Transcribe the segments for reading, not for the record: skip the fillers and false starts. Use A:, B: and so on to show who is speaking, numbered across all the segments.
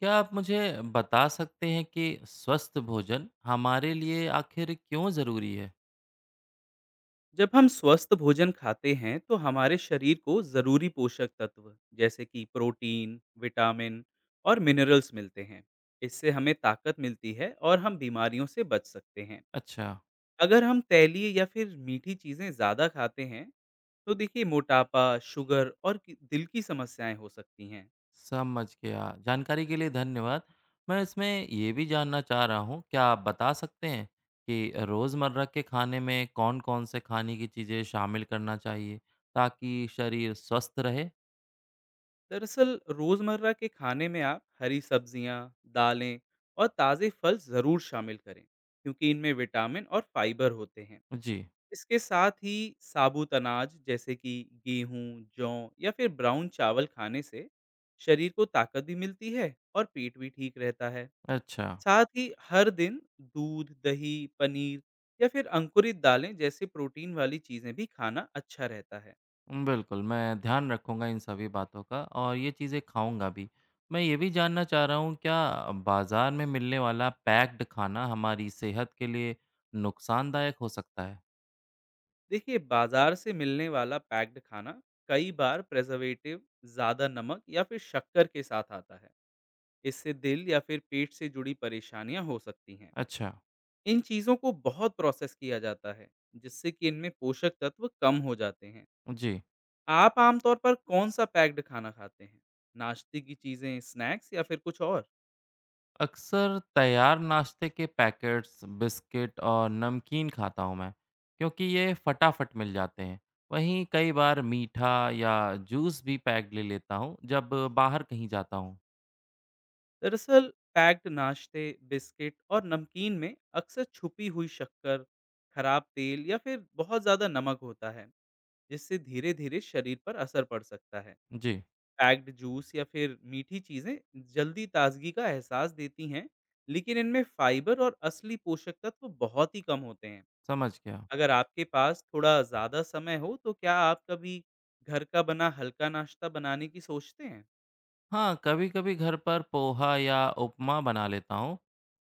A: क्या आप मुझे बता सकते हैं कि स्वस्थ भोजन हमारे लिए आखिर क्यों ज़रूरी है?
B: जब हम स्वस्थ भोजन खाते हैं तो हमारे शरीर को ज़रूरी पोषक तत्व जैसे कि प्रोटीन, विटामिन और मिनरल्स मिलते हैं। इससे हमें ताकत मिलती है और हम बीमारियों से बच सकते हैं।
A: अच्छा,
B: अगर हम तैलीय या फिर मीठी चीज़ें ज़्यादा खाते हैं तो देखिए मोटापा, शुगर और दिल की समस्याएं हो सकती हैं।
A: समझ गया। जानकारी के लिए धन्यवाद। मैं इसमें ये भी जानना चाह रहा हूँ, क्या आप बता सकते हैं कि रोज़मर्रा के खाने में कौन-कौन से खाने की चीज़ें शामिल करना चाहिए, ताकि शरीर स्वस्थ रहे?
B: दरअसल, रोज़मर्रा के खाने में आप हरी सब्जियां, दालें और ताज़े फल ज़रूर शामिल करें, क्योंकि इनमें विटामिन और फाइबर होते हैं।
A: जी,
B: इसके साथ ही साबुत अनाज जैसे कि गेहूं, जौ या फिर ब्राउन चावल खाने से शरीर को ताकत भी मिलती है और पेट भी ठीक रहता है।
A: अच्छा।
B: साथ ही हर दिन दूध, दही, पनीर या फिर अंकुरित दालें जैसे प्रोटीन वाली चीजें भी खाना अच्छा रहता है।
A: बिल्कुल, मैं ध्यान रखूँगा इन सभी बातों का और ये चीज़ें खाऊँगा भी। मैं ये भी जानना चाह रहा हूँ क्या बाज़ार में मिलने वाला पैक्ड खाना हमारी सेहत के लिए नुकसानदायक हो सकता है?
B: देखिए, बाजार से मिलने वाला पैक्ड खाना कई बार प्रेजर्वेटिव, ज्यादा नमक या फिर शक्कर के साथ आता है। इससे दिल या फिर पेट से जुड़ी परेशानियां हो सकती हैं।
A: अच्छा,
B: इन चीज़ों को बहुत प्रोसेस किया जाता है, जिससे कि इनमें पोषक तत्व कम हो जाते हैं।
A: जी।
B: आप आमतौर पर कौन-सा पैक्ड खाना खाते हैं? नाश्ते की चीज़ें, स्नैक्स या फिर कुछ और?
A: अक्सर तैयार नाश्ते के पैकेट्स, बिस्किट और नमकीन खाता हूँ मैं, क्योंकि ये फटाफट मिल जाते हैं। वहीं कई बार मीठा या जूस भी पैक्ड ले लेता हूँ जब बाहर कहीं जाता हूँ।
B: दरअसल, पैक्ड नाश्ते, बिस्किट और नमकीन में अक्सर छुपी हुई शक्कर, खराब तेल या फिर बहुत ज़्यादा नमक होता है, जिससे धीरे-धीरे शरीर पर असर पड़ सकता है।
A: जी,
B: पैक्ड जूस या फिर मीठी चीज़ें जल्दी ताजगी का एहसास देती हैं, लेकिन इनमें फाइबर और असली पोषक तत्व बहुत ही कम होते हैं।
A: समझ गया।
B: अगर आपके पास थोड़ा ज़्यादा समय हो, तो क्या आप कभी घर का बना हल्का नाश्ता बनाने की सोचते हैं?
A: हाँ, कभी-कभी घर पर पोहा या उपमा बना लेता हूँ,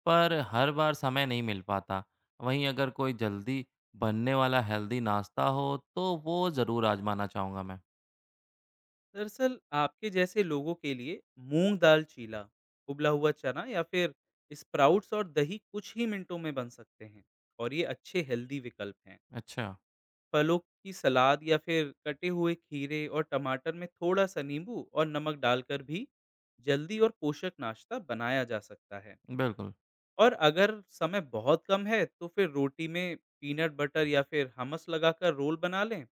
A: पर हर बार समय नहीं मिल पाता। वहीं अगर कोई जल्दी बनने वाला हेल्दी नाश्ता हो, तो वो ज़रूर आजमाना चाहूँगा मैं।
B: दरअसल, आपके जैसे लोगों के लिए मूंग दाल चीला, उबला हुआ चना या फिर स्प्राउट्स और दही कुछ ही मिनटों में बन सकते हैं और ये अच्छे हेल्दी विकल्प हैं।
A: अच्छा।
B: फलों की सलाद या फिर कटे हुए खीरे और टमाटर में थोड़ा सा नींबू और नमक डालकर भी जल्दी और पोषक नाश्ता बनाया जा सकता है।
A: बिल्कुल।
B: और अगर समय बहुत कम है तो फिर रोटी में पीनट बटर या फिर हमस लगाकर रोल बना लें।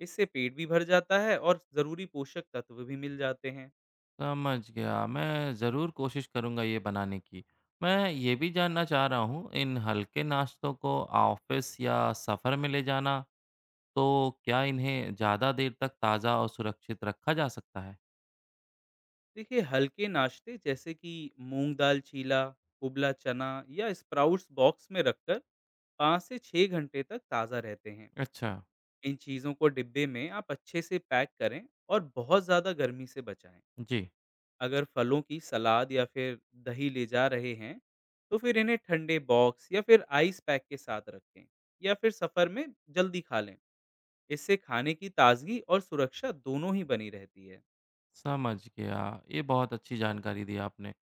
B: इससे पेट भी भर जाता है और ज़रूरी पोषक तत्व भी मिल जाते हैं।
A: समझ गया, मैं ज़रूर कोशिश करूँगा ये बनाने की। मैं ये भी जानना चाह रहा हूँ इन हल्के नाश्तों को ऑफिस या सफ़र में ले जाना, तो क्या इन्हें ज़्यादा देर तक ताज़ा और सुरक्षित रखा जा सकता है?
B: देखिए, हल्के नाश्ते जैसे कि मूंग दाल चीला, कुबला चना या स्प्राउट्स बॉक्स में रखकर 5 से 6 घंटे तक ताज़ा रहते हैं।
A: अच्छा।
B: इन चीज़ों को डिब्बे में आप अच्छे से पैक करें और बहुत ज़्यादा गर्मी से बचाएँ।
A: जी।
B: अगर फलों की सलाद या फिर दही ले जा रहे हैं, तो फिर इन्हें ठंडे बॉक्स या फिर आइस पैक के साथ रखें या फिर सफ़र में जल्दी खा लें। इससे खाने की ताज़गी और सुरक्षा दोनों ही बनी रहती है।
A: समझ गया। ये बहुत अच्छी जानकारी दी आपने।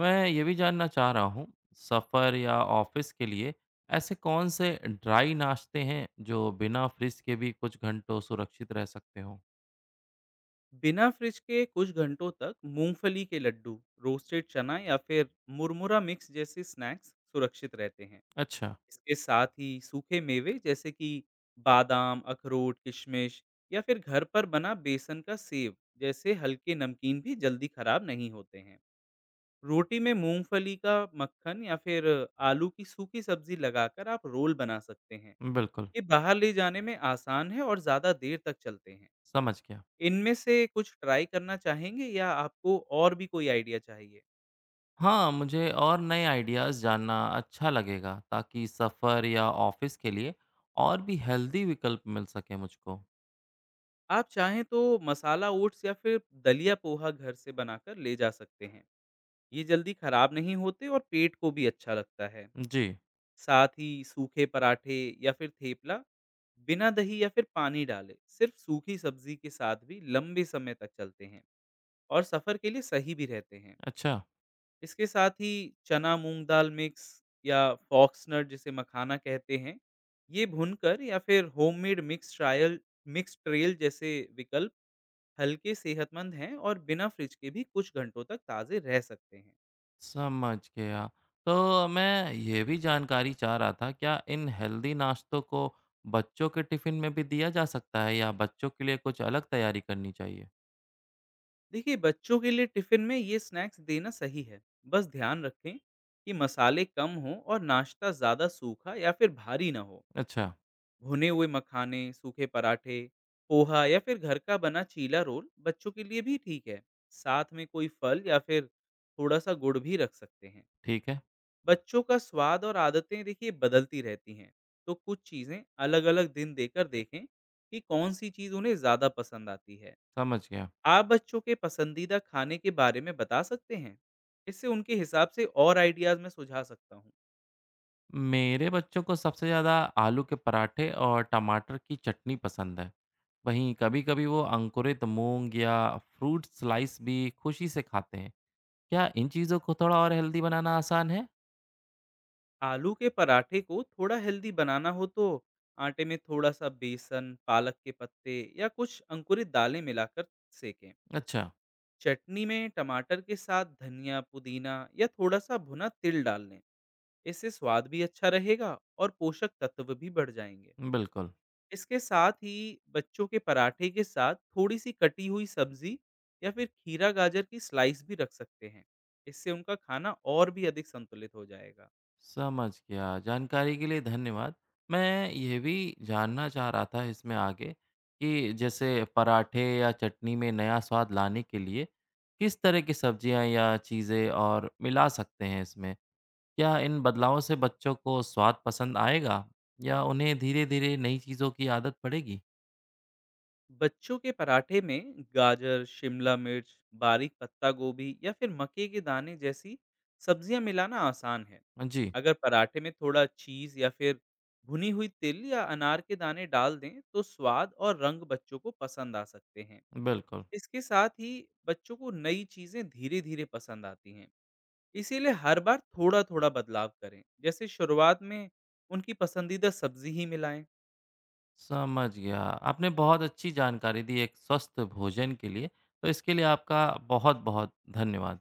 A: मैं ये भी जानना चाह रहा हूँ, सफ़र या ऑफ़िस के लिए ऐसे कौन से ड्राई नाश्ते हैं जो बिना फ्रिज के भी कुछ घंटों सुरक्षित रह सकते हों?
B: बिना फ्रिज के कुछ घंटों तक मूँगफली के लड्डू, रोस्टेड चना या फिर मुरमुरा मिक्स जैसे स्नैक्स सुरक्षित रहते हैं।
A: अच्छा।
B: इसके साथ ही सूखे मेवे जैसे कि बादाम, अखरोट, किशमिश या फिर घर पर बना बेसन का सेव जैसे हल्के नमकीन भी जल्दी खराब नहीं होते हैं। रोटी में मूंगफली का मक्खन या फिर आलू की सूखी सब्जी लगाकर आप रोल बना सकते हैं।
A: बिल्कुल।
B: ये बाहर ले जाने में आसान है और ज़्यादा देर तक चलते हैं।
A: समझ गया।
B: इनमें से कुछ ट्राई करना चाहेंगे या आपको और भी कोई आइडिया चाहिए?
A: हाँ, मुझे और नए आइडियाज़ जानना अच्छा लगेगा, ताकि सफ़र या ऑफ़िस के लिए और भी हेल्दी विकल्प मिल सकें मुझको।
B: आप चाहें तो मसाला ओट्स या फिर दलिया पोहा घर से बनाकर ले जा सकते हैं। ये जल्दी खराब नहीं होते और पेट को भी अच्छा लगता है।
A: जी,
B: साथ ही सूखे पराठे या फिर थेपला बिना दही या फिर पानी डाले सिर्फ सूखी सब्जी के साथ भी लंबे समय तक चलते हैं और सफर के लिए सही भी रहते हैं।
A: अच्छा।
B: इसके साथ ही चना मूंग दाल मिक्स या फॉक्सनट, जिसे मखाना कहते हैं, ये भुनकर या फिर होममेड मिक्स ट्रेल जैसे विकल्प हल्के सेहतमंद हैं और बिना फ्रिज के भी कुछ घंटों तक ताज़े रह सकते हैं।
A: समझ गया। तो मैं ये भी जानकारी चाह रहा था, क्या इन हेल्दी नाश्तों को बच्चों के टिफ़िन में भी दिया जा सकता है या बच्चों के लिए कुछ अलग तैयारी करनी चाहिए?
B: देखिए, बच्चों के लिए टिफिन में ये स्नैक्स देना सही है। बस ध्यान रखें कि मसाले कम हो और नाश्ता ज़्यादा सूखा या फिर भारी ना हो।
A: अच्छा।
B: भुने हुए मखाने, सूखे पराठे, पोहा या फिर घर का बना चीला रोल बच्चों के लिए भी ठीक है। साथ में कोई फल या फिर थोड़ा सा गुड़ भी रख सकते हैं।
A: ठीक है।
B: बच्चों का स्वाद और आदतें देखिए बदलती रहती हैं, तो कुछ चीज़ें अलग अलग दिन देकर देखें कि कौन सी चीज़ उन्हें ज़्यादा पसंद आती है।
A: समझ गया।
B: आप बच्चों के पसंदीदा खाने के बारे में बता सकते हैं? इससे उनके हिसाब से और आइडियाज़ मैं सुझा सकता हूँ।
A: मेरे बच्चों को सबसे ज़्यादा आलू के पराठे और टमाटर की चटनी पसंद है। वहीं कभी-कभी वो अंकुरित मूँग या फ्रूट स्लाइस भी खुशी से खाते हैं। क्या इन चीज़ों को थोड़ा और हेल्दी बनाना आसान है?
B: आलू के पराठे को थोड़ा हेल्दी बनाना हो तो आटे में थोड़ा-सा बेसन, पालक के पत्ते या कुछ अंकुरित दालें मिलाकर सेंकें।
A: अच्छा।
B: चटनी में टमाटर के साथ धनिया, पुदीना या थोड़ा-सा भुना तिल डाल लें। इससे स्वाद भी अच्छा रहेगा और पोषक तत्व भी बढ़ जाएँगे।
A: बिल्कुल।
B: इसके साथ ही बच्चों के पराठे के साथ थोड़ी-सी कटी हुई सब्ज़ी या फिर खीरा गाजर की स्लाइस भी रख सकते हैं। इससे उनका खाना और भी अधिक संतुलित हो जाएगा।
A: समझ गया। जानकारी के लिए धन्यवाद। मैं यह भी जानना चाह रहा था इसमें आगे, कि जैसे पराठे या चटनी में नया स्वाद लाने के लिए किस तरह की सब्जियां या चीज़ें और मिला सकते हैं इसमें? क्या इन बदलावों से बच्चों को स्वाद पसंद आएगा या उन्हें धीरे-धीरे नई चीज़ों की आदत पड़ेगी?
B: बच्चों के पराठे में गाजर, शिमला मिर्च, बारीक पत्ता गोभी या फिर मक्के के दाने जैसी सब्जियां मिलाना आसान है।
A: जी।
B: अगर पराठे में थोड़ा चीज़ या फिर भुनी हुई तिल या अनार के दाने डाल दें तो स्वाद और रंग बच्चों को पसंद आ सकते हैं।
A: बिल्कुल।
B: इसके साथ ही बच्चों को नई चीजें धीरे धीरे पसंद आती हैं, इसीलिए हर बार थोड़ा थोड़ा बदलाव करें। जैसे शुरुआत में उनकी पसंदीदा सब्जी ही मिलाएं।
A: समझ गया। आपने बहुत अच्छी जानकारी दी एक स्वस्थ भोजन के लिए, तो इसके लिए आपका बहुत-बहुत धन्यवाद।